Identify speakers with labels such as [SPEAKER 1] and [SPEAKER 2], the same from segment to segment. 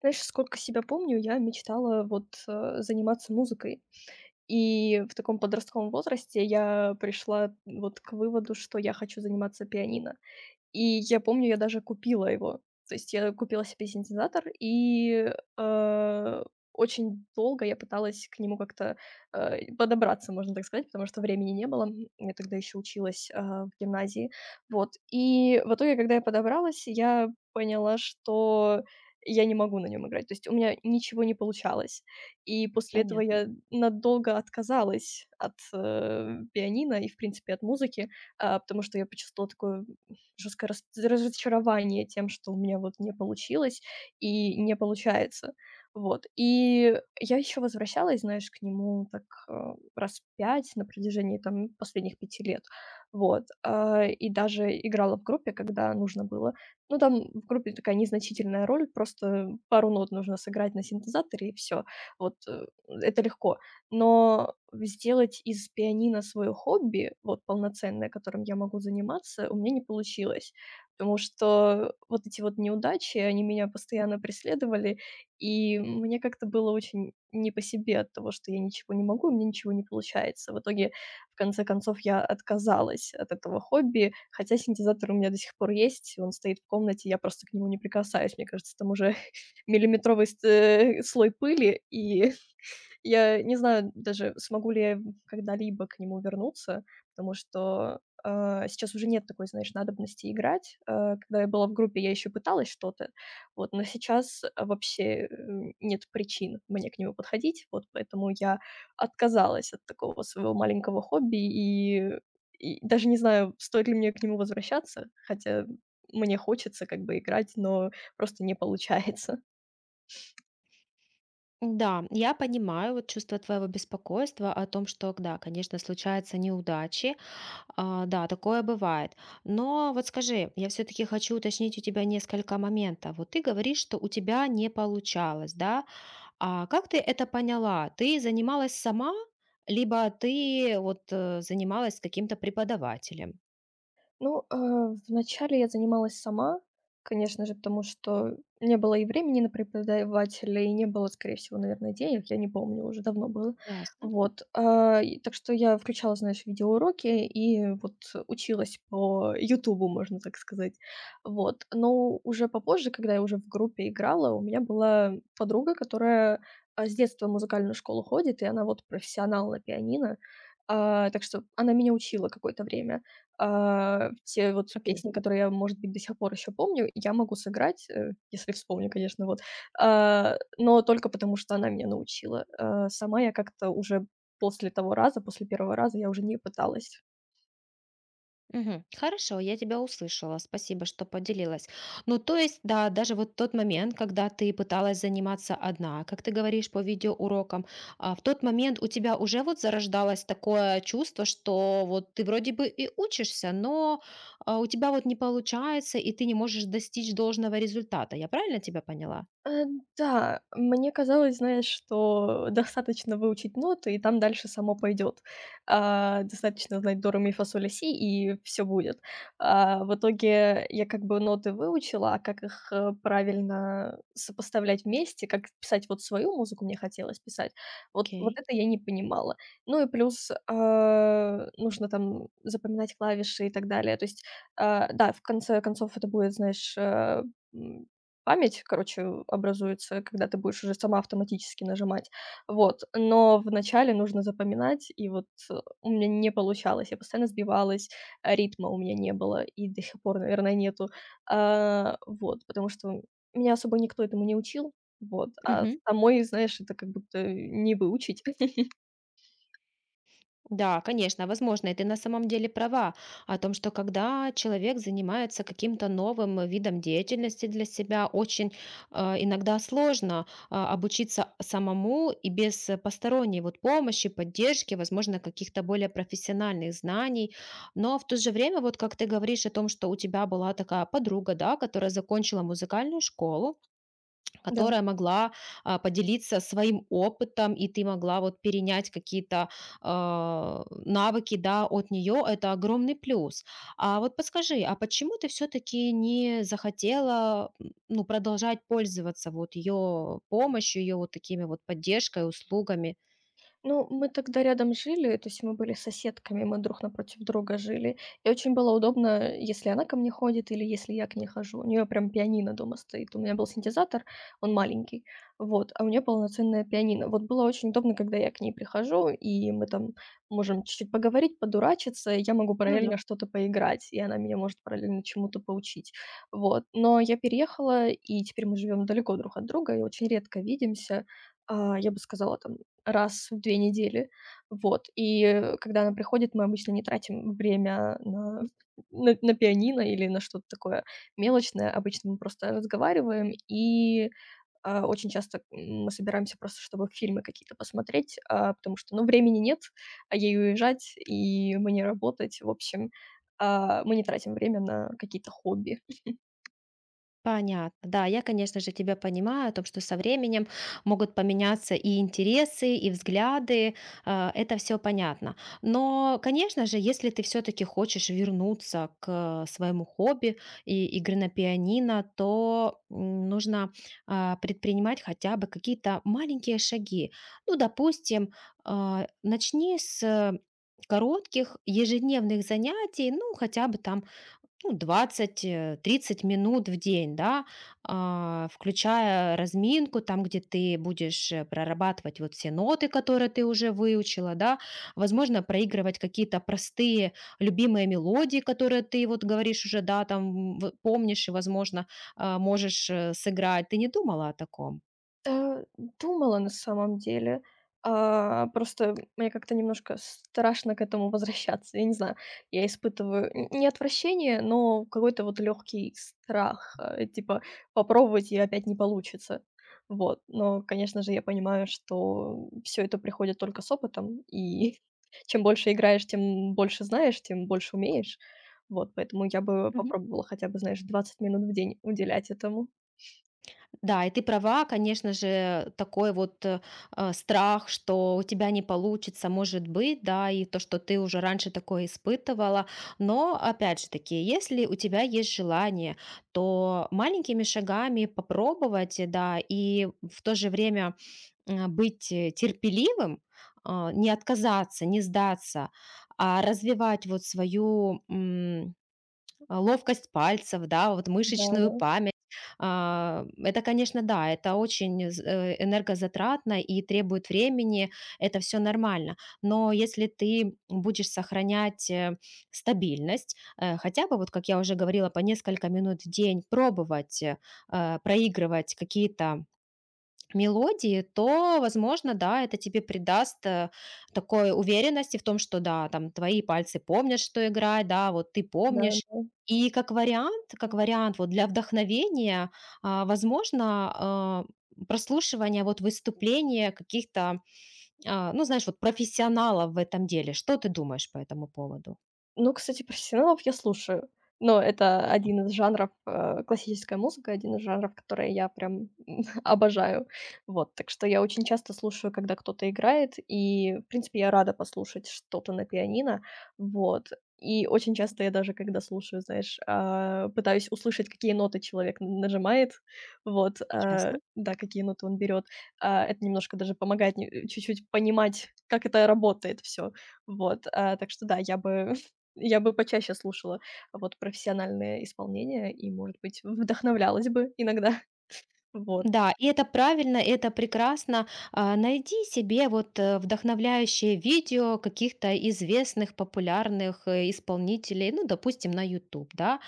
[SPEAKER 1] Знаешь, сколько себя помню, я мечтала заниматься музыкой. И в таком подростковом возрасте я пришла вот к выводу, что я хочу заниматься пианино. И я помню, я даже купила его. То есть я купила себе синтезатор, и, э, очень долго я пыталась к нему как-то подобраться, можно так сказать, потому что времени не было. Я тогда еще училась в гимназии. Вот. И в итоге, когда я подобралась, я поняла, что я не могу на нем играть. То есть у меня ничего не получалось. И после этого
[SPEAKER 2] Понятно.
[SPEAKER 1] я надолго отказалась от пианино и, в принципе, от музыки, потому что я почувствовала такую жесткое рас разочарование тем, что у меня вот не получилось и не получается. Вот. И я еще возвращалась, знаешь, к нему так, раз 5 на протяжении там последних пяти лет. Вот. И даже играла в группе, когда нужно было. Ну, там в группе такая незначительная роль, просто пару нот нужно сыграть на синтезаторе и все. Вот, э, это легко. Но сделать из пианино свое хобби, вот полноценное, которым я могу заниматься, у меня не получилось, потому что вот эти вот неудачи, они меня постоянно преследовали, и мне как-то было очень не по себе от того, что я ничего не могу, у меня ничего не получается. В итоге, в конце концов, я отказалась от этого хобби, хотя синтезатор у меня до сих пор есть, он стоит в комнате, я просто к нему не прикасаюсь. Мне кажется, там уже миллиметровый слой пыли, и я не знаю даже, смогу ли я в когда-либо к нему вернуться, потому что сейчас уже нет такой, знаешь, надобности играть. А, когда я была в группе, я еще пыталась что-то, вот, но сейчас вообще нет причин мне к нему подходить, вот поэтому я отказалась от такого своего маленького хобби и даже не знаю, стоит ли мне к нему возвращаться, хотя мне хочется как бы играть, но просто не получается.
[SPEAKER 2] Да, я понимаю вот чувство твоего беспокойства о том, что, да, конечно, случаются неудачи, да, такое бывает. Но вот скажи, я все-таки хочу уточнить у тебя несколько моментов. Вот ты говоришь, что у тебя не получалось, да? А как ты это поняла? Ты занималась сама, либо ты вот занималась с каким-то преподавателем?
[SPEAKER 1] Вначале я занималась сама, конечно же, потому что не было и времени на преподавателя, и не было, скорее всего, наверное, денег, я не помню, уже давно было.
[SPEAKER 2] Ясно.
[SPEAKER 1] Вот, и так что я включала, знаешь, видеоуроки и вот училась по "Ютубу", можно так сказать. Вот, но уже попозже, когда я уже в группе играла, у меня была подруга, которая с детства в музыкальную школу ходит, и она вот профессионал на пианино, так что она меня учила какое-то время. А, все вот
[SPEAKER 2] Окей.
[SPEAKER 1] песни, которые я, может быть, до сих пор еще помню, я могу сыграть, если вспомню, конечно, вот. А, но только потому, что она меня научила. А, сама я как-то уже после первого раза я уже не пыталась.
[SPEAKER 2] Мгм. Хорошо, я тебя услышала. Спасибо, что поделилась. Ну, то есть, да, даже вот тот момент, когда ты пыталась заниматься одна, как ты говоришь по видеоурокам, в тот момент у тебя уже вот зарождалось такое чувство, что вот ты вроде бы и учишься, но у тебя вот не получается, и ты не можешь достичь должного результата. Я правильно тебя поняла?
[SPEAKER 1] Э, да, мне казалось, знаешь, что достаточно выучить ноты, и там дальше само пойдет. А, достаточно знать до, ре, ми, фа, соль, ля, си, и все будет. А, в итоге я как бы ноты выучила, а как их правильно сопоставлять вместе, как писать вот свою музыку мне хотелось писать, вот
[SPEAKER 2] Окей.
[SPEAKER 1] это я не понимала. Ну и плюс, а, нужно там запоминать клавиши и так далее. То есть, а, да, в конце концов это будет, знаешь, м, память, короче, образуется, когда ты будешь уже сама автоматически нажимать. Вот, но вначале нужно запоминать, и вот у меня не получалось. Я постоянно сбивалась, а ритма у меня не было и до сих пор, наверное, нету. А, вот, потому что меня особо никто этому не учил. Вот, а
[SPEAKER 2] Мгм.
[SPEAKER 1] самой, знаешь, это как будто не выучить.
[SPEAKER 2] Да, конечно, возможно, и ты на самом деле права о том, что когда человек занимается каким-то новым видом деятельности для себя, очень иногда сложно обучиться самому и без посторонней вот помощи, поддержки, возможно, каких-то более профессиональных знаний. Но в то же время, вот как ты говоришь о том, что у тебя была такая подруга, да, которая закончила музыкальную школу,
[SPEAKER 1] Да.
[SPEAKER 2] которая могла, поделиться своим опытом, и ты могла вот перенять какие-то, навыки, да, от нее. Это огромный плюс. А вот подскажи, а почему ты все таки не захотела, ну, продолжать пользоваться вот ее помощью, ее вот такими вот поддержкой, услугами?
[SPEAKER 1] Ну, мы тогда рядом жили, то есть мы были соседками, мы друг напротив друга жили. И очень было удобно, если она ко мне ходит или если я к ней хожу. У нее прям пианино дома стоит. У меня был синтезатор, он маленький, вот, а у нее полноценное пианино. Вот было очень удобно, когда я к ней прихожу, и мы там можем чуть-чуть поговорить, подурачиться, и я могу
[SPEAKER 2] Ну да.
[SPEAKER 1] параллельно что-то поиграть, и она меня может параллельно чему-то поучить. Вот. Но я переехала, и теперь мы живем далеко друг от друга и очень редко видимся. А, я бы сказала, там, раз в 2 недели. Вот, когда она приходит, мы обычно не тратим время на пианино или на что-то такое мелочное. Обычно мы просто разговариваем и очень часто, мы собираемся просто, чтобы фильмы какие-то посмотреть, потому что, ну, времени нет, а ей уезжать и мне работать. В общем, а, мы не тратим время на какие-то хобби.
[SPEAKER 2] Понятно. Да, я, конечно же, тебя понимаю о том, что со временем могут поменяться и интересы, и взгляды. Это все понятно. Но, конечно же, если ты все-таки хочешь вернуться к своему хобби и игры на пианино, то нужно предпринимать хотя бы какие-то маленькие шаги. Ну, допустим, начни с коротких ежедневных занятий, ну, хотя бы там ну, 20 30 минут в день, да, включая разминку, там, где ты будешь прорабатывать вот все ноты, которые ты уже выучила, да, возможно, проигрывать какие-то простые любимые мелодии, которые ты вот говоришь уже, да, там помнишь и, возможно, можешь сыграть. Ты не думала о таком?
[SPEAKER 1] Э, Думала на самом деле. А, просто мне как-то немножко страшно к этому возвращаться. Я не знаю, я испытываю н не отвращение, но какой-то вот легкий страх, типа попробовать и опять не получится. Вот. Но, конечно же, я понимаю, что все это приходит только с опытом, и чем больше играешь, тем больше знаешь, тем больше умеешь. Вот, поэтому я бы попробовала хотя бы, знаешь, 20 минут в день уделять этому.
[SPEAKER 2] Да, и ты права, конечно же, такой вот страх, что у тебя не получится, может быть, да, и то, что ты уже раньше такое испытывала. Но, опять же таки, если у тебя есть желание, то маленькими шагами попробовать, да, и в то же время быть терпеливым, не отказаться, не сдаться, а развивать вот свою ловкость пальцев, да, вот мышечную
[SPEAKER 1] Да-да,
[SPEAKER 2] память. Это, конечно, да, это очень энергозатратно и требует времени, это все нормально. Но если ты будешь сохранять стабильность, хотя бы, вот как я уже говорила, по несколько минут в день пробовать проигрывать какие-то мелодии, то, возможно, да, это тебе придаст такой уверенности в том, что да, там твои пальцы помнят, что играть, да, вот ты помнишь.
[SPEAKER 1] да-да.
[SPEAKER 2] И как вариант вот для вдохновения, возможно, прослушивание вот выступления каких-то, ну, знаешь, вот профессионалов в этом деле. Что ты думаешь по этому поводу?
[SPEAKER 1] Ну, кстати, профессионалов я слушаю, но это один из жанров, классическая музыка, один из жанров, которые я прям обожаю. Вот, так что я очень часто слушаю, когда кто-то играет, и, в принципе, я рада послушать что-то на пианино. Вот, и очень часто я даже, когда слушаю, знаешь, а, пытаюсь услышать, какие ноты человек н нажимает, вот, а,
[SPEAKER 2] Ясно?
[SPEAKER 1] да, какие ноты он берет. А, это немножко даже помогает не э, чуть-чуть понимать, как это работает все. Вот, а, так что да, я бы почаще слушала вот профессиональное исполнение и, может быть, вдохновлялась бы иногда. Вот.
[SPEAKER 2] Да, и это правильно, и это прекрасно. Найди себе вот вдохновляющее видео каких-то известных, популярных исполнителей, ну, допустим, на YouTube, да,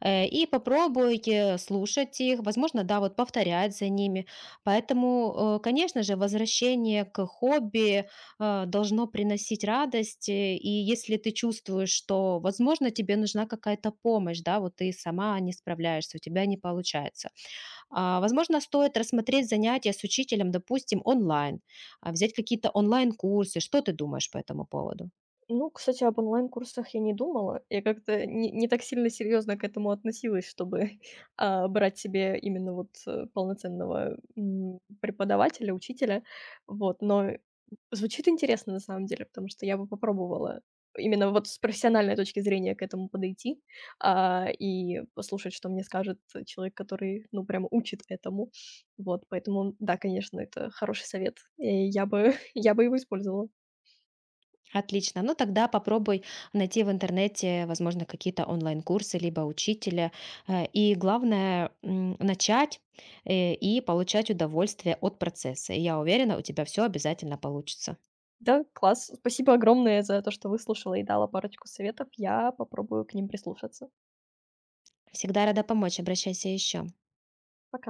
[SPEAKER 2] и попробуй слушать их, возможно, да, вот повторять за ними. Поэтому, конечно же, возвращение к хобби должно приносить радость, и если ты чувствуешь, что, возможно, тебе нужна какая-то помощь, да, вот ты сама не справляешься, у тебя не получается, возможно, стоит рассмотреть занятия с учителем, допустим, онлайн, взять какие-то онлайн-курсы. Что ты думаешь по этому поводу?
[SPEAKER 1] Ну, кстати, об онлайн-курсах я не думала. Я как-то не так сильно серьезно к этому относилась, чтобы, брать себе именно вот полноценного преподавателя, учителя. Вот, но звучит интересно на самом деле, потому что я бы попробовала именно вот с профессиональной точки зрения к этому подойти, а, и послушать, что мне скажет человек, который, ну, прямо учит этому. Вот, поэтому да, конечно, это хороший совет. И я бы я бы его использовала.
[SPEAKER 2] Отлично. Ну тогда попробуй найти в интернете, возможно, какие-то онлайн-курсы, либо учителя. И главное, начать и получать удовольствие от процесса. И я уверена, у тебя все обязательно получится.
[SPEAKER 1] Да, класс. Спасибо огромное за то, что выслушала и дала парочку советов. Я попробую к ним прислушаться.
[SPEAKER 2] Всегда рада помочь. Обращайся еще.
[SPEAKER 1] Пока.